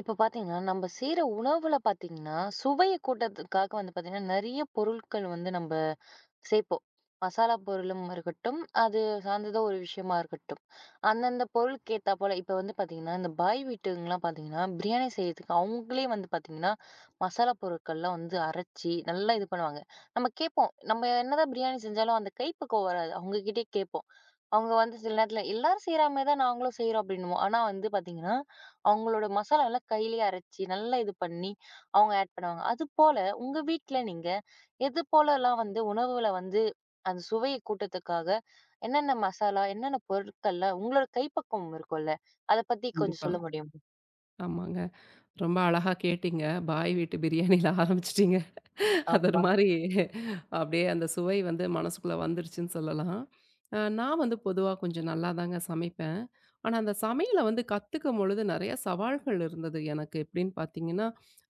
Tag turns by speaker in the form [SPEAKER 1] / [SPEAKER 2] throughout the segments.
[SPEAKER 1] இப்ப பாத்தீங்கன்னா, நம்ம செய்ற உணவுல பாத்தீங்கன்னா, சுவைய கூட்டறதுக்காக பாத்தீங்கன்னா, நெறைய பொருட்கள் நம்ப சேர்ப்போம். மசாலா பொருளும் இருக்கட்டும், அது சார்ந்ததோ ஒரு விஷயமா இருக்கட்டும். அந்தந்த பொருளுக்கு ஏத்தா போல இப்ப பார்த்தீங்கன்னா, இந்த பாய் வீட்டுங்கலாம் பார்த்தீங்கன்னா, பிரியாணி செய்றதுக்கு அவங்களே பார்த்தீங்கன்னா, மசாலா பொருட்கள்லாம் அரைச்சு நல்லா இது பண்ணுவாங்க. நம்ம கேட்போம். நம்ம என்னதான் பிரியாணி செஞ்சாலும் அந்த கைப்பக்குவம் வராது. அவங்க கிட்டயே கேட்போம். அவங்க சில நேரத்தில எல்லாரும் செய்ற மாரி தான் நாங்களும் செய்றோம் அப்டின்னுவோம். ஆனா பார்த்தீங்கன்னா, அவங்களோட மசாலாலாம் கையிலேயே அரைச்சு நல்லா இது பண்ணி அவங்க ஆட் பண்ணுவாங்க. அதுபோல உங்க வீட்ல நீங்க இது போலலாம் உணவுகள அந்த சுவைய கூட்டத்துக்காக என்னென்ன மசாலா, என்னென்ன பொருட்கள்லாம் உங்களோட கைப்பக்குவம் இருக்கும்ல. அத பத்தி கொஞ்சம்
[SPEAKER 2] கண்டிப்பா.
[SPEAKER 1] சொல்ல முடியுமா?
[SPEAKER 2] ஆமாங்க. ரொம்ப அழகா கேட்டீங்க. பாய் வீட்டு பிரியாணியில ஆரம்பிச்சுட்டீங்க. அது ஒரு
[SPEAKER 1] ஆமா.
[SPEAKER 2] மாரி அப்படியே அந்த சுவை வந்து மனசுக்குள்ள வந்துருச்சுன்னு சொல்லலாம். நான் வந்து பொதுவா கொஞ்சம் நல்லாதாங்க சமைப்பேன். ஆனா, அந்த சமையல வந்து கத்துக்கும் பொழுது நெறைய சவால்கள் இருந்தது எனக்கு. எப்படின்னு பார்த்தீங்கன்னா,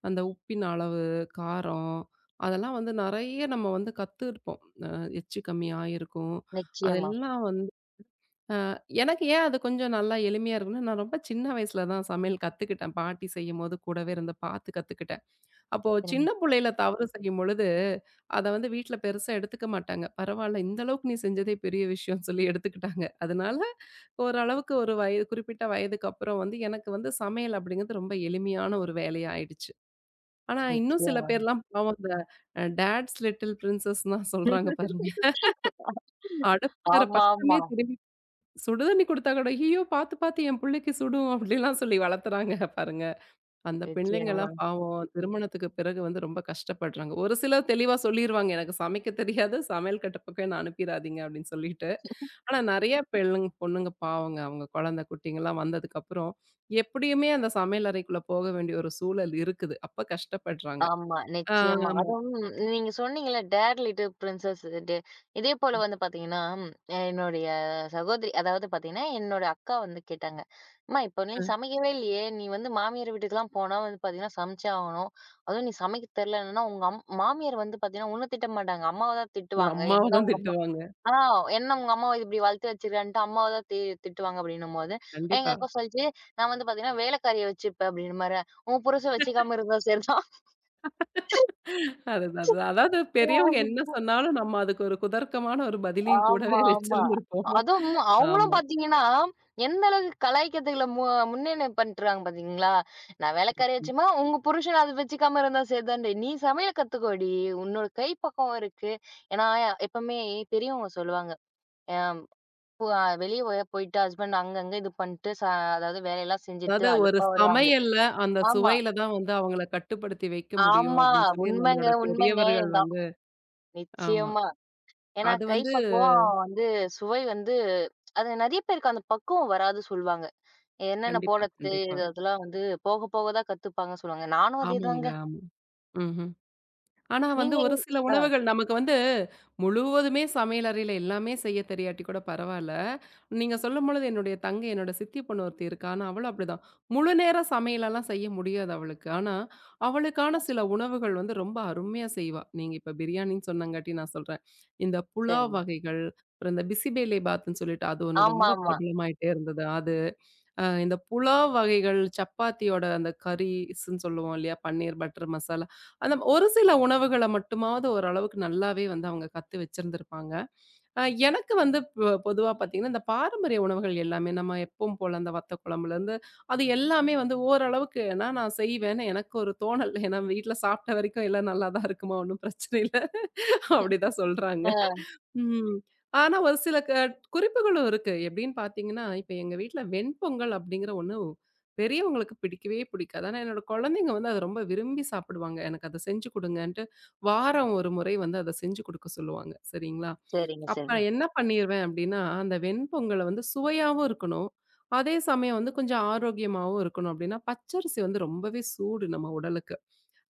[SPEAKER 2] அந்த உப்பின் அளவு, காரம் அதெல்லாம் வந்து நெறைய நம்ம வந்து கத்துருப்போம். அ எச்சு கம்மியா இருக்கும்.
[SPEAKER 1] நிச்சயமா.
[SPEAKER 2] அதெல்லாம் வந்து எனக்கு ஏன் அது கொஞ்சம் நல்லா எளிமையா இருக்கும்னா, நான் ரொம்ப சின்ன வயசுல தான் சமையல் கத்துக்கிட்டேன். பாட்டி செய்யும்போது கூடவே இருந்து பார்த்து கத்துக்கிட்டேன். அப்போ
[SPEAKER 1] சரிங்க.
[SPEAKER 2] சின்ன புள்ளையில தவறு செய்யும்பொழுது, அத வந்து வீட்ல பெருசா எடுத்துக்க மாட்டாங்க. பரவால்ல இந்த அளவுக்கு நீ செஞ்சதே பெரிய விஷயம்னு சொல்லி எடுத்துக்கிட்டாங்க. அதனால ஓரளவுக்கு ஒரு வயது குறிப்பிட்ட வயதுக்கு அப்புறம் வந்து எனக்கு வந்து சமையல் அப்படிங்கிறது ரொம்ப எளிமையான ஒரு வேலையா ஆயிடுச்சு. ஆனா இன்னும் சில
[SPEAKER 1] நிச்சயமா.
[SPEAKER 2] பேர்லாம் பாவம் இந்த டாட்ஸ் லிட்டில் பிரின்சஸ் தான் சொல்றாங்க பாருங்க. அடுப்புங்கிற பக்கமே
[SPEAKER 1] ஆமாமா.
[SPEAKER 2] திரும்பி சுடு தண்ணி குடுத்தா கூட, ஐயயோ! பாத்து, பாத்து என் புள்ளைக்கு சுடும் அப்படிலாம் சொல்லி வளர்த்துறாங்க பாருங்க. அந்த
[SPEAKER 1] நிச்சயமா.
[SPEAKER 2] பிள்ளைங்கலாம் பாவம் திருமணத்துக்கு பிறகு வந்து ரொம்ப கஷ்டப்படுறாங்க. ஒரு சிலர் தெளிவா சொல்லிருவாங்க, "எனக்கு சமைக்க தெரியாது. சமையல் கட்டு பக்கம் என்ன அனுப்பிறாதீங்க" அப்படின்னு சொல்லிட்டு. ஆனா நெறைய பெள்ளுங் பொண்ணுங்க பாவங்க, அவங்க குழந்தை குட்டிங்கலாம் வந்ததுக்கப்புறம், எப்படியுமே அந்த சமையல் அறைக்குள்ள போக வேண்டிய ஒரு சூழல் இருக்குது. அப்ப கஷ்டப்படுறாங்க.
[SPEAKER 1] ஆமா,
[SPEAKER 2] ஆ
[SPEAKER 1] நிச்சயமா.
[SPEAKER 2] ஆமா.
[SPEAKER 1] அதுவும் நீங்க சொன்னீங்கல்ல, "டேர் லிட்டில் பிரின்சஸ்" இது. இதே போல பாத்தீங்கன்னா, என்னுடைய சகோதரி அதாவது பாத்தீங்கன்னா, என்னோட அக்கா கேட்டாங்க, "அம்மா, இப்போ நீ
[SPEAKER 2] அ
[SPEAKER 1] சமைக்கவே இல்லையே! நீ மாமியார் வீட்டுக்குலாம் போனா பாத்தீங்கன்னா, சமைச்சே ஆகணும். அதுவும் நீ சமைக்க தெரியலன்னா, உங்க மாமியார் பாத்தீங்கன்னா, உன்ன திட்ட மாட்டாங்க. அம்மாவ தான் திட்டுவாங்க.
[SPEAKER 2] அம்மாவ
[SPEAKER 1] என்னதான்
[SPEAKER 2] தான்
[SPEAKER 1] உங்க அம்மா
[SPEAKER 2] திட்டுவாங்க.
[SPEAKER 1] ஆ என்ன உங்க அம்மாவ இப்படி வளர்த்து வச்சிருக்கான்ட்டு அம்மாவ தான் திட்டுவாங்க." அப்படின்னும்போது, எங்க
[SPEAKER 2] கண்டிப்பா.
[SPEAKER 1] அக்கா சொல்லுச்சு, "நான் பாத்தீங்கன்னா, வேலைக்காரிய வச்சுப்பேன்" அப்படின்ற மாரி. "உன் புருஷன் வச்சுக்காம இருந்தா சரிதான்."
[SPEAKER 2] அதுதான், அதுதான். அதாவது பெரியவங்க என்ன சொன்னாலும் நம்ம அதுக்கு ஒரு குதர்க்கமான ஒரு பதிலையும்
[SPEAKER 1] ஆமா,
[SPEAKER 2] கூடவே
[SPEAKER 1] ஆமா.
[SPEAKER 2] வச்சிருந்திருப்போம்.
[SPEAKER 1] அதுவும் அவங்களும்
[SPEAKER 2] ஆமா.
[SPEAKER 1] பார்த்தீங்கன்னா, எந்த அளவுக்கு கலாய்க்கிறதுல முன்னேன பண்றாங்க பார்த்தீங்களா? நான்
[SPEAKER 2] ம்.
[SPEAKER 1] வேலைக்காரியாச்சும்மா, உங்க புருஷன் அத வச்சுக்காம இருந்தா சேதான்டி. நீ சமையல் கத்துக்கோடி. உன்னோட கை பக்குவம் இருக்கு. ஏன்னா, எப்பவுமே பெரியவங்க சொல்லுவாங்க. அ போ வெளிய போய் போயிட்டு ஹஸ்பண்ட் அங்கங்க இது பண்ணிட்டு, அதாவது வேலையெல்லாம் செஞ்சுட்டு
[SPEAKER 2] அதாவது ஒரு
[SPEAKER 1] அலுப்பா வருவாங்க.
[SPEAKER 2] சமையல்ல அந்த
[SPEAKER 1] ஆமா,
[SPEAKER 2] சுவையில தான் வந்து அவங்கள கட்டுப்படுத்தி வைக்க முடியும்
[SPEAKER 1] ஆமா.
[SPEAKER 2] அப்படின்னு சொல்லி
[SPEAKER 1] உண்மைங்க,
[SPEAKER 2] நம்மளோட
[SPEAKER 1] உண்மைங்க.
[SPEAKER 2] பெரியவர்கள்
[SPEAKER 1] இதான்
[SPEAKER 2] வந்து ஆமா.
[SPEAKER 1] நிச்சயமா. ஏன்னா,
[SPEAKER 2] அது
[SPEAKER 1] கை
[SPEAKER 2] வந்து
[SPEAKER 1] பக்குவம் சுவை அது நெறைய பேருக்கு அந்த பக்குவம் வராது சொல்லுவாங்க. என்னென்ன
[SPEAKER 2] கண்டிப்பா,
[SPEAKER 1] போடறது
[SPEAKER 2] கண்டிப்பா.
[SPEAKER 1] இது அதெல்லாம் போக போக தான் கத்துப்பாங்கன்னு சொல்லுவாங்க. நானும்
[SPEAKER 2] ஆமாங்க.
[SPEAKER 1] அதேதாங்க.
[SPEAKER 2] ஆமா. ம்ஹ்ம். ஆனா வந்து
[SPEAKER 1] நீங்க
[SPEAKER 2] ஒரு சில
[SPEAKER 1] ஆ
[SPEAKER 2] உணவுகள் நமக்கு வந்து முழுவதுமே சமையலறையில எல்லாமே செய்ய தெரியாட்டி கூட பரவாயில்ல. நீங்க சொல்லும்பொழுது என்னுடைய தங்கை, என்னோட சித்தி பொண்ணு ஒருத்தி இருக்கா. ஆனா அவளும் அப்படிதான். முழு நேர சமையலெல்லாம் செய்ய முடியாது அவளுக்கு. ஆனா, அவளுக்கான சில உணவுகள் வந்து ரொம்ப அருமையா செய்வா. நீங்க இப்ப பிரியாணின்னு சொன்னங்காட்டி நான் சொல்றேன். இந்த புலாவ்
[SPEAKER 1] சரிங்க.
[SPEAKER 2] வகைகள், அப்புறம் இந்த பிசிபேலே பாத்துன்னு சொல்லிட்டு அது ஒண்ணு ரொம்ப
[SPEAKER 1] ஆமாமா.
[SPEAKER 2] பிரபலமாயிட்டே இருந்தது. அது இந்த புலாவ் வகைகள், சப்பாத்தியோட அந்த கரீஸ்ன்னு சொல்லுவோம் இல்லையா? பன்னீர் பட்டர் மசாலா. அந்த ஒரு சில உணவுகள மட்டுமாவது ஓரளவுக்கு நல்லாவே வந்து அவங்க கத்து வச்சிருந்திருப்பாங்க. அ எனக்கு வந்து பொதுவா பார்த்தீங்கன்னா, இந்த பாரம்பரிய உணவுகள் எல்லாமே நம்ம எப்பவும் போல அந்த வத்த குழம்புலேருந்து அது எல்லாமே வந்து ஓரளவுக்கு ஏன்னா நான் செய்வேன்னு எனக்கு ஒரு தோணல். ஏன்னா வீட்ல சாப்பிட்ட வரைக்கும் எல்லாம் நல்லா தான் இருக்குமா? ஒண்ணும் பிரச்சனை இல்ல. அப்படிதான் சொல்றாங்க.
[SPEAKER 1] ஆ
[SPEAKER 2] ம். ஆனா, ஒரு சில குறிப்புகளும் இருக்கு. எப்படின்னு பார்த்தீங்கன்னா, இப்ப எங்க வீட்ல வெண்பொங்கல் அப்படிங்கிற ஒண்ணு பெரியவங்களுக்கு பிடிக்கவே பிடிக்காது. ஆனா, என்னோட குழந்தைங்க வந்து அத ரொம்ப விரும்பி சாப்பிடுவாங்க. எனக்கு அத செஞ்சு குடுங்கன்ட்டு, வாரம் ஒரு முறை வந்து அத செஞ்சு குடுக்க சொல்லுவாங்க. சரிங்களா?
[SPEAKER 1] சரிங்க,
[SPEAKER 2] அப்ப
[SPEAKER 1] சரிங்க.
[SPEAKER 2] என்ன பண்ணிருவேன் அப்படின்னா, அந்த வெண்பொங்கல வந்து சுவையாவும் இருக்கணும். அதே சமயம் வந்து கொஞ்சம் ஆரோக்கியமாவும் இருக்கணும் அப்படின்னா, பச்சரிசி வந்து ரொம்பவே சூடு நம்ம உடலுக்கு.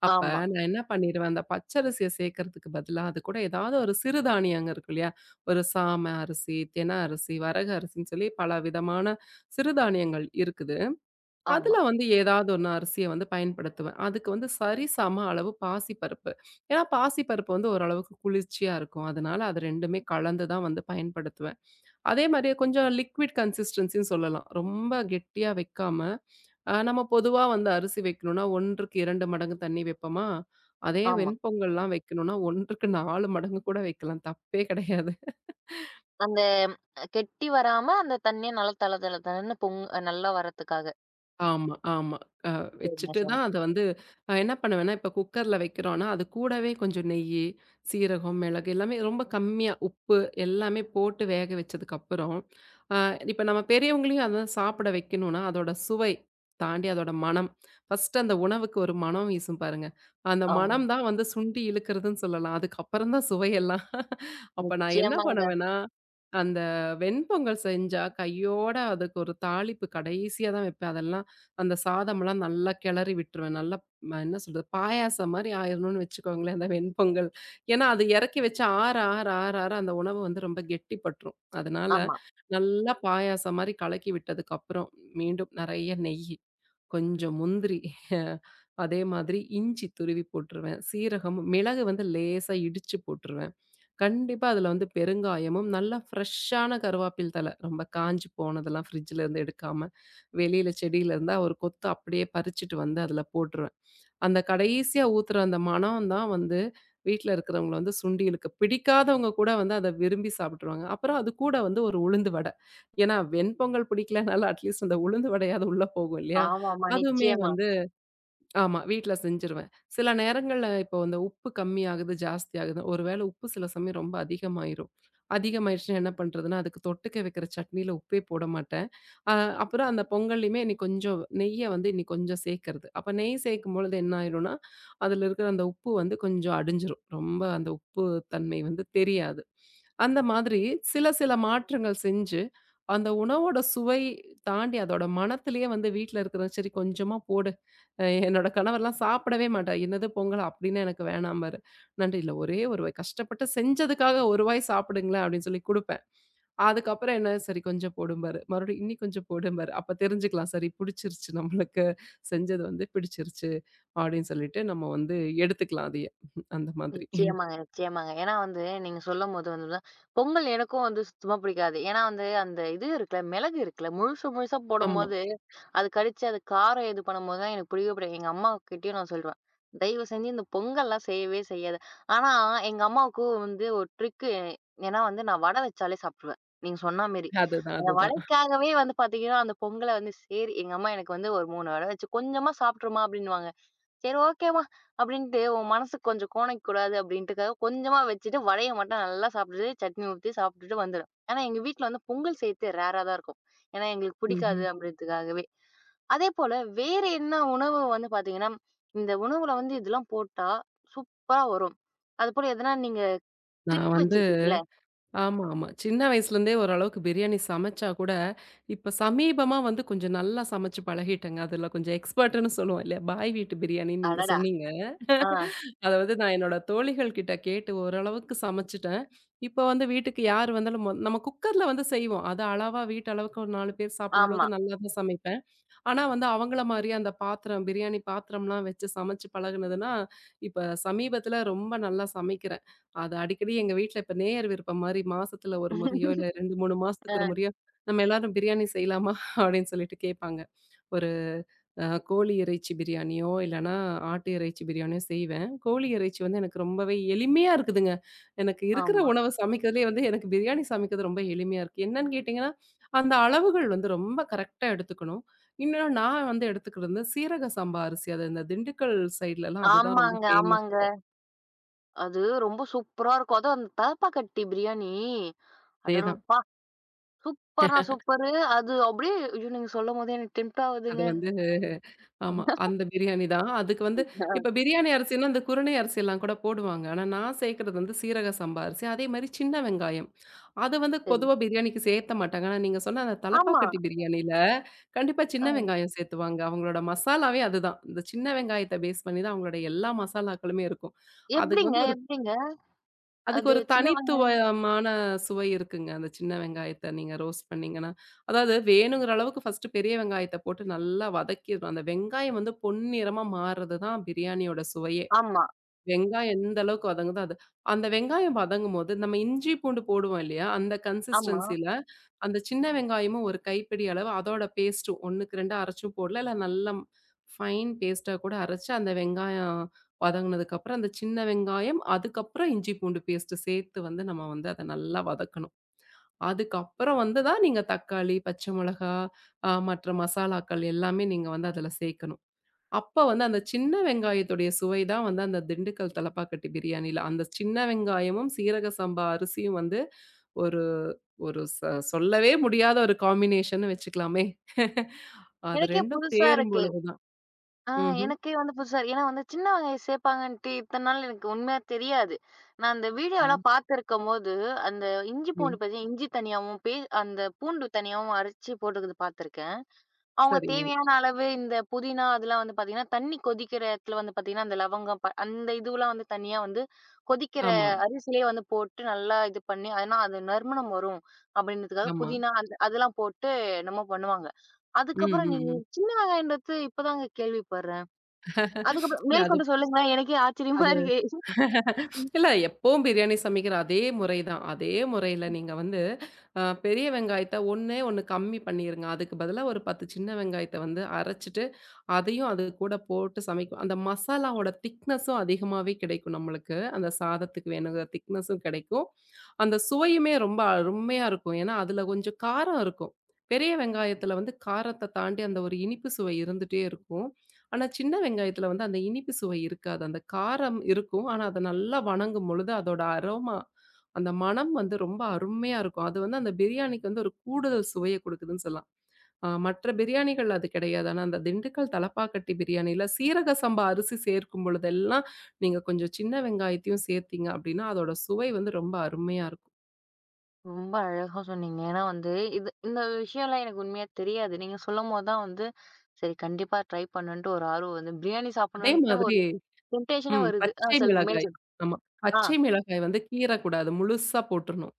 [SPEAKER 2] அப்ப
[SPEAKER 1] ஆமா,
[SPEAKER 2] நான் என்ன பண்ணிருவேன், அந்த பச்சரிசிய சேர்க்கறதுக்கு பதிலா, அது கூட ஏதாவது ஒரு சிறுதானியங்க இருக்கு இல்லையா? ஒரு சாம அரிசி, தென அரிசி, வரகு அரிசின்னு சொல்லி பல விதமான சிறுதானியங்கள் இருக்குது.
[SPEAKER 1] ஆமா,
[SPEAKER 2] அதுல வந்து ஏதாவது ஒண்ணு அரிசிய வந்து பயன்படுத்துவேன். அதுக்கு வந்து சரிசம அளவு பாசிப்பருப்பு. ஏன்னா பாசிப்பருப்பு வந்து ஓரளவுக்கு குளிர்ச்சியா இருக்கும். அதனால அது 2மே கலந்து தான் வந்து பயன்படுத்துவேன். அதே மாரியே கொஞ்சம் லிக்விட் கன்சிஸ்டன்சின்னு சொல்லலாம். ரொம்ப கெட்டியா வைக்காம நம்ம பொதுவா வந்து அரிசி வைக்கணும்னா 1க்கு 2 மடங்கு தண்ணி வைப்போமா, அதே
[SPEAKER 1] ஆமா.
[SPEAKER 2] வெண்பொங்கல்லாம் வைக்கணும்னா 1க்கு 4 மடங்கு கூட வைக்கலாம். தப்பே கிடையாது.
[SPEAKER 1] அந்த ம், கெட்டி வராம அந்த தண்ணீ நல்லா தள தள தளன்னு நல்லா வரதுக்காக.
[SPEAKER 2] ஆமா, ஆமா. அ
[SPEAKER 1] சரிங்க,
[SPEAKER 2] வச்சுட்டு தான்
[SPEAKER 1] சரிங்க.
[SPEAKER 2] அத வந்து என்ன பண்ணுவேன்னா, இப்ப குக்கர்ல வைக்கிறோம்னா, அது கூடவே கொஞ்சம் நெய்யி, சீரகம், மிளகு எல்லாமே ரொம்ப கம்மியா உப்பு எல்லாமே போட்டு வேக வச்சதுக்கப்புறம், அ இப்ப நம்ம பெரியவங்களையும் அதான் சாப்பிட வைக்கணும்னா, அதோட சுவை தாண்டி அதோட மனம். ஃபர்ஸ்ட்டு அந்த உணவுக்கு ஒரு மனம் வீசும் பாருங்க. அந்த
[SPEAKER 1] ஆமா.
[SPEAKER 2] மனம் தான் வந்து சுண்டி இழுக்குறதுன்னு சொல்லலாம். அதுக்கப்புறம் தான் சுவையெல்லாம் அப்ப நான் என்ன
[SPEAKER 1] நிச்சயமாங்க.
[SPEAKER 2] பண்ணுவேன்னா, அந்த வெண்பொங்கல் செஞ்சா கையோட அதுக்கு ஒரு தாளிப்பு கடைசியா தான் வைப்பேன். அதெல்லாம் அந்த சாதமெல்லாம் நல்லா கிளறி விட்டுருவேன். நல்லா என்ன சொல்றது? பாயாசம் மாரி ஆயிரணும்னு வச்சுக்கோங்களேன், அந்த வெண்பொங்கல். ஏன்னா, அது இறக்கி வச்சு ஆற, ஆற, ஆற, ஆற அந்த உணவு வந்து ரொம்ப கெட்டிப்பட்டுரும். அதனால
[SPEAKER 1] ஆமா.
[SPEAKER 2] நல்லா பாயாசம் மாரி கலக்கி விட்டதுக்கப்புறம், மீண்டும் நெறைய நெய்யி, கொஞ்சம் முந்திரி, அதே மாதிரி இஞ்சி துருவி போட்டுருவேன். சீரகம், மிளகு வந்து லேசா இடிச்சு போட்டுருவேன். கண்டிப்பா அதுல வந்து பெருங்காயமும், நல்லா ஃப்ரெஷ்ஷான கருவாப்பில் தழை. ரொம்ப காஞ்சு போனதெல்லாம் ஃப்ரிட்ஜ்ல இருந்து எடுக்காம, வெளியில செடியில இருந்தா ஒரு கொத்து அப்படியே பறிச்சுட்டு வந்து அதுல போட்டுருவேன். அந்த கடைசியா ஊத்துற அந்த மணம் தான் வந்து வீட்ல இருக்கிறவங்கள வந்து சுண்டி இழுக்கும். பிடிக்காதவங்க கூட வந்து அத விரும்பி சாப்பிட்டுருவாங்க. அப்புறம் அது கூட வந்து ஒரு உளுந்து வடை. ஏன்னா வெண்பொங்கல் பிடிக்கலனாலும் அட்லீஸ்ட் அந்த உளுந்து வடையாவது உள்ள போகும் இல்லையா?
[SPEAKER 1] ஆமாமா.
[SPEAKER 2] அதுவுமே
[SPEAKER 1] நிச்சயமா.
[SPEAKER 2] வந்து ஆமா. வீட்ல செஞ்சுருவேன். சில நேரங்கள்ல இப்போ இந்த உப்பு கம்மியாகுது, ஜாஸ்தி ஆகுது. ஒரு வேளை உப்பு சில சமயம் ரொம்ப அதிகமாயிரும். அதிகமாயிருச்சுன்னா என்ன பண்றதுன்னா, அதுக்கு தொட்டுக்க வைக்கிற சட்னியில உப்பே போட மாட்டேன். அ அப்புறம் அந்த பொங்கல்லையுமே இன்னைக்கு கொஞ்சம் நெய்ய வந்து இன்னைக்கு கொஞ்சம் சேர்க்கிறது. அப்ப நெய் சேர்க்கும்பொழுது என்ன ஆயிரும்னா, அதுல இருக்கிற அந்த உப்பு வந்து கொஞ்சம் அடிஞ்சிரும். ரொம்ப அந்த உப்பு தன்மை வந்து தெரியாது. அந்த மாதிரி சில சில மாற்றங்கள் செஞ்சு, அந்த உணவோட சுவை தாண்டி அதோட மணத்திலேயே வந்து வீட்ல இருக்கிற சரி கொஞ்சமா போடு என்னோட கணவர்லாம் சாப்பிடவே மாட்டார். "என்னது பொங்கல் அப்டின்னா எனக்கு வேணாம்பாரு." நண்டு "இல்ல ஒரே ஒரு வாய் கஷ்டப்பட்டு செஞ்சதுக்காக ஒரு வாய் சாப்பிடுங்களேன்" அப்டின்னு சொல்லி குடுப்பேன். அதுக்கப்புறம் என்ன "சரி கொஞ்சம் போடும்பாரு. மறுபடியும் "இன்னி கொஞ்சம் போடும்பாரு." அப்ப தெரிஞ்சுக்கலாம் சரி பிடிச்சிருச்சு நம்மளுக்கு. செஞ்சது வந்து பிடிச்சிருச்சு அப்டின்னு சொல்லிட்டு நம்ம வந்து எடுத்துக்கலாம் அதையே. அந்த மாதிரி.
[SPEAKER 1] நிச்சயமாங்க, நிச்சயமாங்க. ஏன்னா நீங்க சொல்லும்போது பொங்கல் எனக்கும் சுத்தமா பிடிக்காது. ஏன்னா அந்த இது இருக்குல்ல, மிளகு இருக்குல்ல, முழுசு முழுசா
[SPEAKER 2] ஆமா.
[SPEAKER 1] போடும்போது, அது கடிச்சு அது காரம் இது பண்ணும்போது தான் எனக்கு பிடிக்கவே பிடிக்காது. எங்க அம்மாகிட்டயும் நான் சொல்லுவேன். தயவு செஞ்சு இந்த பொங்கல்லாம் செய்யவே செய்யாத. ஆனா எங்க அம்மாவுக்கு ஒரு ட்ரிக்கு. ஏன்னா நான் வடை வச்சாலே சாப்பிட்டுருவேன். நீங்க சொன்ன மாரி.
[SPEAKER 2] அதுதான்,
[SPEAKER 1] அந்த
[SPEAKER 2] அதுதான்.
[SPEAKER 1] வடைக்காகவே பாத்தீங்கன்னா, அந்த பொங்கல சரி எங்க அம்மா எனக்கு ஒரு 3 வடை வச்சு கொஞ்சமா சாப்பிட்டுருமா அப்படின்னுவாங்க. சரி ஓகேம்மா. அப்படின்ட்டு உன் மனசுக்கு கொஞ்சம் கோணைக்கக்கூடாது அப்படின்ட்டுக்காக கொஞ்சமா வச்சுட்டு வடைய மட்டும் நல்லா சாப்பிட்டுட்டு, சட்னி ஊத்தி சாப்பிட்டுட்டு வந்துரும். ஆனா எங்க வீட்ல பொங்கல் செய்யறது ரேரா தான் இருக்கும். ஏன்னா எங்களுக்கு
[SPEAKER 2] ம்ஹ்ம்.
[SPEAKER 1] பிடிக்காது அப்படின்றதுக்காகவே. அதேபோல வேற என்ன உணவு பார்த்தீங்கன்னா, இந்த உணவுல இதெல்லாம் போட்டா சூப்பரா வரும். அதுபோல எதனா நீங்க
[SPEAKER 2] நான்
[SPEAKER 1] ட்ரிக்
[SPEAKER 2] வந்து
[SPEAKER 1] வச்சிருப்பீங்கல்ல?
[SPEAKER 2] ஆமா, ஆமா. சின்ன வயசுலேருந்தே ஓரளவுக்கு பிரியாணி சமைச்சா கூட, இப்ப சமீபமா வந்து கொஞ்சம் நல்லா சமைச்சு பழகிட்டேங்க. அதுல கொஞ்சம் எக்ஸ்பர்ட்டுன்னு சொல்லுவோம் இல்லையா? பாய் வீட்டு பிரியாணின்னு நீங்க
[SPEAKER 1] அடடா!
[SPEAKER 2] சொன்னீங்க.
[SPEAKER 1] ஆ.
[SPEAKER 2] அதாவது நான் என்னோட தோழிகள் கிட்ட கேட்டு ஓரளவுக்கு சமைச்சுட்டேன். இப்போ வந்து வீட்டுக்கு யார் வந்தாலும் நம்ம குக்கர்ல வந்து செய்வோம். அது அளவா வீட்டு அளவுக்கு ஒரு 4 பேர் சாப்பிடுற
[SPEAKER 1] ஆமா.
[SPEAKER 2] அளவுக்கு நல்லா தான் சமைப்பேன். ஆனா வந்து அவங்கள மாரி அந்த பாத்திரம், பிரியாணி பாத்திரம்லாம் வச்சு சமைச்சு பழகுனதுன்னா, இப்ப சமீபத்துல ரொம்ப நல்லா சமைக்கிறேன். அது அடிக்கடி எங்க வீட்ல இப்ப நேயர் விருப்பம் மாரி மாசத்துல 1 முறையோ, இல்ல 2, 3 மாசத்துக்கு 1
[SPEAKER 1] அ.
[SPEAKER 2] முறையோ, "நம்ம எல்லாரும் பிரியாணி செய்யலாமா?" அப்படின்னு சொல்லிட்டு கேட்பாங்க. கோழி இறைச்சி பிரியாணியோ, இல்லன்னா ஆட்டு இறைச்சி பிரியாணியோ செய்வேன். கோழி இறைச்சி வந்து எனக்கு ரொம்பவே எளிமையா இருக்குதுங்க. எனக்கு இருக்கிற
[SPEAKER 1] ஆமா.
[SPEAKER 2] உணவ சமைக்கிறதுலயே வந்து எனக்கு பிரியாணி சமைக்கிறது ரொம்ப எளிமையா இருக்கு. என்னன்னு கேட்டீங்கன்னா, அந்த அளவுகள் வந்து ரொம்ப கரெக்ட்டா எடுத்துக்கணும். இன்னொன்னு நான் வந்து எடுத்துக்கிறது வந்து சீரக சம்பா அரிசி. அது இந்த திண்டுக்கல் சைட்லலாம் அதுதான் ரொம்ப
[SPEAKER 1] ஆமாங்க, ஆமாங்க.
[SPEAKER 2] ஃபேமஸ்.
[SPEAKER 1] அது ரொம்ப சூப்பரா இருக்கும். அதுவும் அந்த தலப்பாக்கட்டி பிரியாணி.
[SPEAKER 2] அதேதான்.
[SPEAKER 1] அடடப்பா! சூப்பர்னா சூப்பரு. அது அப்படியே ஐயோ! நீங்க சொல்லும்போதே எனக்கு டெம்ப்ட்
[SPEAKER 2] அது
[SPEAKER 1] ஆவுதுங்க.
[SPEAKER 2] வந்து ஆமா. அந்த பிரியாணி தான். அதுக்கு வந்து இப்ப பிரியாணி அரிசின்னா, அந்த குருணை அரிசிலாம் கூட போடுவாங்க. ஆனா நான் சேர்க்கிறது வந்து சீரக சம்பா அரிசி. அதே மாரி சின்ன வெங்காயம். அது வந்து
[SPEAKER 1] சரி.
[SPEAKER 2] பொதுவா பிரியாணிக்கு சேர்த்த மாட்டாங்க. ஆனா நீங்க சொன்ன அந்த
[SPEAKER 1] ஆமா.
[SPEAKER 2] தலப்பாக்கட்டி பிரியாணில கண்டிப்பா சின்ன
[SPEAKER 1] அ
[SPEAKER 2] வெங்காயம் சேர்த்துவாங்க. அவங்களோட மசாலாவே அதுதான். இந்த சின்ன வெங்காயத்த பேஸ் பண்ணி தான் அவங்களோட எல்லா மசாலாக்களுமே இருக்கும். அதுக்கு
[SPEAKER 1] எப்படிங்க?
[SPEAKER 2] வந்து ஒரு
[SPEAKER 1] எப்படிங்க?
[SPEAKER 2] அதுக்கு
[SPEAKER 1] அது
[SPEAKER 2] ஒரு
[SPEAKER 1] சின்ன வெங்க
[SPEAKER 2] தனித்துவமான சுவை இருக்குங்க. அந்த சின்ன வெங்காயத்த நீங்க ரோஸ்ட் பண்ணீங்கன்னா, அதாவது வேணுங்கிற அளவுக்கு ஃபர்ஸ்ட் பெரிய வெங்காயத்த போட்டு நல்லா வதக்கிர்ணும். அந்த வெங்காயம் வந்து பொன்னிறமா மாறுறது தான் பிரியாணியோட சுவையே.
[SPEAKER 1] ஆமா,
[SPEAKER 2] வெங்காயம் எந்த அளவுக்கு வதங்குதோ அது. அந்த வெங்காயம் வதங்கும்போது, நம்ம இஞ்சி, பூண்டு போடுவோம் இல்லையா? அந்த
[SPEAKER 1] ஆமா.
[SPEAKER 2] கன்சிஸ்டன்சில அந்த சின்ன வெங்காயமும் ஒரு கைப்பிடி அளவு, அதோட பேஸ்ட்டும் 1க்கு 2 அரைச்சும் போடலாம். இல்ல நல்லா ஃபைன் பேஸ்ட்டா கூட அரைச்சு, அந்த வெங்காயம் வதங்குனதுக்கப்புறம், அந்த சின்ன வெங்காயம், அதுக்கப்புறம் இஞ்சி, பூண்டு பேஸ்ட்டு சேர்த்து வந்து நம்ம வந்து அத நல்லா வதக்கணும். அதுக்கப்புறம் வந்து தான் நீங்க தக்காளி, பச்சை மிளகா, மற்ற மசாலாக்கள் எல்லாமே நீங்க வந்து அதுல சேர்க்கணும். அப்ப வந்து அந்த சின்ன வெங்காயத்துடைய சுவை தான் வந்து அந்த திண்டுக்கல் தலப்பாக்கட்டு பிரியாணில. அந்த சின்ன வெங்காயமும், சீரக சம்பா அரிசியும் வந்து ஒரு ஒரு ச சொல்லவே முடியாத ஒரு காம்பினேஷன்னு வச்சுக்கலாமே. அது
[SPEAKER 1] எனக்கே
[SPEAKER 2] 2ம்
[SPEAKER 1] புதுசா
[SPEAKER 2] சேரும்
[SPEAKER 1] இருக்கு.
[SPEAKER 2] பொழுது தான்.
[SPEAKER 1] ஆ
[SPEAKER 2] ம்ஹ்ம்.
[SPEAKER 1] எனக்கே புதுசா இருக்கு. ஏன்னா சின்ன வெங்காயம் சேப்பாங்கன்ட்டு இத்தன நாள் எனக்கு உண்மையா தெரியாது. நான் அந்த
[SPEAKER 2] ஆ.
[SPEAKER 1] வீடியோலாம் பார்த்துருக்கும்போது, அந்த இஞ்சி
[SPEAKER 2] ம்.
[SPEAKER 1] பூண்டு பார்த்தீங்கன்னா, இஞ்சி தனியாவும், அந்த பூண்டு தனியாவும் அரைச்சு போட்டுருக்கது பார்த்துருக்கேன். அவங்க
[SPEAKER 2] சரிங்க.
[SPEAKER 1] தேவையான அளவு இந்த புதினா அதெல்லாம் பார்த்தீங்கன்னா, தண்ணி கொதிக்கிற இடத்துல பார்த்தீங்கன்னா, அந்த லவங்கம் அந்த இதுவெல்லாம் தனியா கொதிக்கிற
[SPEAKER 2] ஆமா,
[SPEAKER 1] அரிசியிலேயே போட்டு நல்லா இது பண்ணி, ஏன்னா அது நறுமணம் வரும் அப்படின்றதுக்காக
[SPEAKER 2] ஆமா.
[SPEAKER 1] புதினா அந்த அதெல்லாம் போட்டு என்னமோ பண்ணுவாங்க.
[SPEAKER 2] ம்,
[SPEAKER 1] அதுக்கப்புறம்
[SPEAKER 2] ம்,
[SPEAKER 1] நீங்க
[SPEAKER 2] ம்.
[SPEAKER 1] சின்ன வெங்காயம்ன்றது இப்பதாங்க கேள்விப்படுறேன். அதுக்கப்புறம்
[SPEAKER 2] இல்ல அது
[SPEAKER 1] மேல்கொண்டு சொல்லுங்களேன். எனக்கே ஆச்சரியமா
[SPEAKER 2] அது
[SPEAKER 1] இருக்கு.
[SPEAKER 2] இல்ல எப்பவும் பிரியாணி சமைக்கிற அதே முறை தான். அதே முறையில நீங்க வந்து பெரிய வெங்காயத்த ஒண்ணே ஒண்ணு கம்மி பண்ணிருங்க. அதுக்கு பதிலா ஒரு 10 சின்ன வெங்காயத்த வந்து அரைச்சுட்டு, அதையும் அது கூட போட்டு சமைக்கும். அந்த மசாலாவோட திக்னஸும் அதிகமாவே கிடைக்கும் நம்மளுக்கு. அந்த சாதத்துக்கு வேணுங்கிற திக்னஸும் கிடைக்கும். அந்த சுவையுமே ரொம்ப அருமையா இருக்கும். ஏன்னா, அதுல கொஞ்சம் காரம் இருக்கும். பெரிய வெங்காயத்துல வந்து காரத்த தாண்டி அந்த ஒரு இனிப்பு சுவை இருந்துட்டே இருக்கும். ஆனா, சின்ன வெங்காயத்துல வந்து அந்த இனிப்பு சுவை இருக்காது. அந்த காரம் இருக்கும். ஆனா, அத நல்லா வணங்கும் பொழுது அதோட அரோமா, அந்த மணம் வந்து ரொம்ப அருமையா இருக்கும். அது வந்து அந்த பிரியாணிக்கு வந்து ஒரு கூடுதல் சுவைய குடுக்குதுன்னு சொல்லலாம். மற்ற பிரியாணிகள் அது கெடையாது. ஆனா, அந்த திண்டுக்கல் தலப்பாக்கட்டி பிரியாணில சீரக சம்பா அரிசி சேர்க்கும் பொழுதெல்லாம், நீங்க கொஞ்சம் சின்ன வெங்காயத்தையும் சேர்த்தீங்க அப்டின்னா, அதோட சுவை வந்து ரொம்ப அருமையா இருக்கும்.
[SPEAKER 1] ரொம்ப அழகா சொன்னீங்க. ஏன்னா இது இந்த விஷயம்லாம் எனக்கு உண்மையா தெரியாது. நீங்க சொல்லும்போது தான் சரி கண்டிப்பா ட்ரை பண்ணணுன்ட்டு ஒரு ஆர்வம் பிரியாணி
[SPEAKER 2] அதே
[SPEAKER 1] சாப்பிடணுன்ட்டு
[SPEAKER 2] மாதிரி
[SPEAKER 1] ஒரு டெம்ப்டேஷனே
[SPEAKER 2] ம்.
[SPEAKER 1] வருது. ஆ
[SPEAKER 2] பச்சை
[SPEAKER 1] சொல்லுங்க. மேல்
[SPEAKER 2] மிளகாய்.
[SPEAKER 1] சொல்லுங்க.
[SPEAKER 2] ஆமா.
[SPEAKER 1] ஆ,
[SPEAKER 2] பச்சை மிளகாய் வந்து கீறக்கூடாது. முழுசா போட்டுறணும்.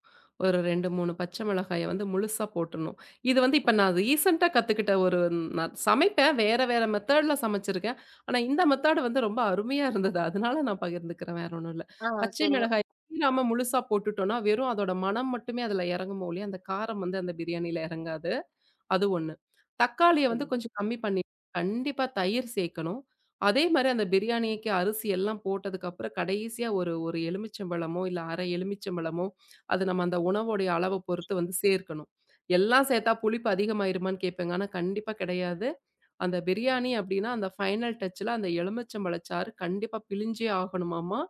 [SPEAKER 2] ஒரு 2, 3 பச்சை மிளகாய வந்து முழுசா போட்டுறணும். இது வந்து இப்ப நான் ரீசென்ட்டா கத்துக்கிட்ட ஒரு நான் சமைப்பேன். வேற வேற மெத்தட்ல சமைச்சிருக்கேன். ஆனா இந்த மெத்தேடு வந்து ரொம்ப அருமையா இருந்தது. அதனால நான் பகிர்ந்துக்கிறேன். வேற ஒண்ணும் இல்ல.
[SPEAKER 1] ஆ
[SPEAKER 2] பச்சை
[SPEAKER 1] சரிங்க.
[SPEAKER 2] மிளகாய் கீறாம முழுசா போட்டுட்டோம்னா, வெறும் அதோட மனம் மட்டுமே அதுல இறங்குமோ ஒழிய, அந்த காரம் வந்து அந்த பிரியாணியில இறங்காது. அது ஒண்ணு. தக்காளிய வந்து
[SPEAKER 1] சரிங்க.
[SPEAKER 2] கொஞ்சம் கம்மி பண்ணி கண்டிப்பா தயிர் சேர்க்கணும். அதே மாரி அந்த பிரியாணிக்கு அரிசி எல்லாம் போட்டதுக்கப்புறம் கடைசியா ஒரு 1 எலுமிச்சம்பழமோ, இல்ல 1/2 எலுமிச்சம்பழமோ, அது நம்ம அந்த உணவோடைய அளவ பொறுத்து வந்து சேர்க்கணும். எல்லாம் சேர்த்தா புளிப்பு அதிகமாயிருமான்னு கேட்பேங்க. ஆனா கண்டிப்பா கிடையாது. அந்த பிரியாணி அப்டின்னா, அந்த ஃபைனல் டச்ல அந்த எலுமிச்சம்பழ சாறு கண்டிப்பா பிழிஞ்சே ஆகணுமாமா.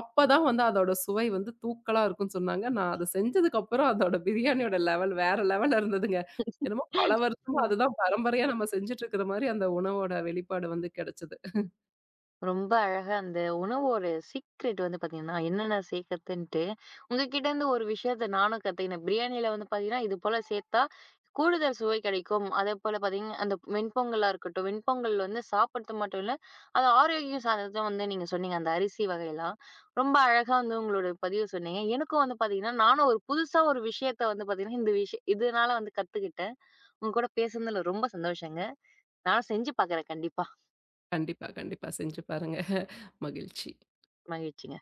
[SPEAKER 2] அப்பதான் வந்து அதோட சுவை வந்து தூக்கலா இருக்கும்னு சொன்னாங்க. நான் அத செஞ்சதுக்கப்புறம் அதோட பிரியாணியோட லெவல் வேற லெவல்ல இருந்ததுங்க. என்னமோ பல வருஷமா
[SPEAKER 1] ம்.
[SPEAKER 2] அதுதான் பரம்பரையா நம்ம செஞ்சுட்டு இருக்கிற மாரி அந்த உணவோட வெளிப்பாடு வந்து கிடைச்சது.
[SPEAKER 1] ரொம்ப அழகா அந்த உணவோட சீக்ரெட் பார்த்தீங்கன்னா, என்னென்ன சேர்க்கிறதுன்ட்டு, உங்ககிட்ட இருந்து ஒரு விஷயத்த நானும் கத்துக்கினேன். பிரியாணியில பார்த்தீங்கன்னா, இது போல சேர்த்தா கூடுதல் சுவை கிடைக்கும். அதேபோல பார்த்தீங்கன்னா, அந்த வெண்பொங்கலா இருக்கட்டும். வெண்பொங்கல் சாப்பிடுறது மட்டும் இல்ல, அது ஆரோக்கியம் சார்ந்ததும் நீங்க சொன்னீங்க. அந்த அரிசி வகையெல்லாம். ரொம்ப அழகா உங்களோட பதிவு சொன்னீங்க. எனக்கும் பார்த்தீங்கன்னா, நானும் ஒரு புதுசா ஒரு விஷயத்த பார்த்தீங்கன்னா, இந்த விஷயம் இதனால கத்துக்கிட்டேன். உங்க கூட பேசுனதுல ரொம்ப சந்தோஷங்க. நான் செஞ்சு பாக்குறேன் கண்டிப்பா.
[SPEAKER 2] கண்டிப்பா, கண்டிப்பா செஞ்சு பாருங்க. மகிழ்ச்சி.
[SPEAKER 1] மகிழ்ச்சிங்க.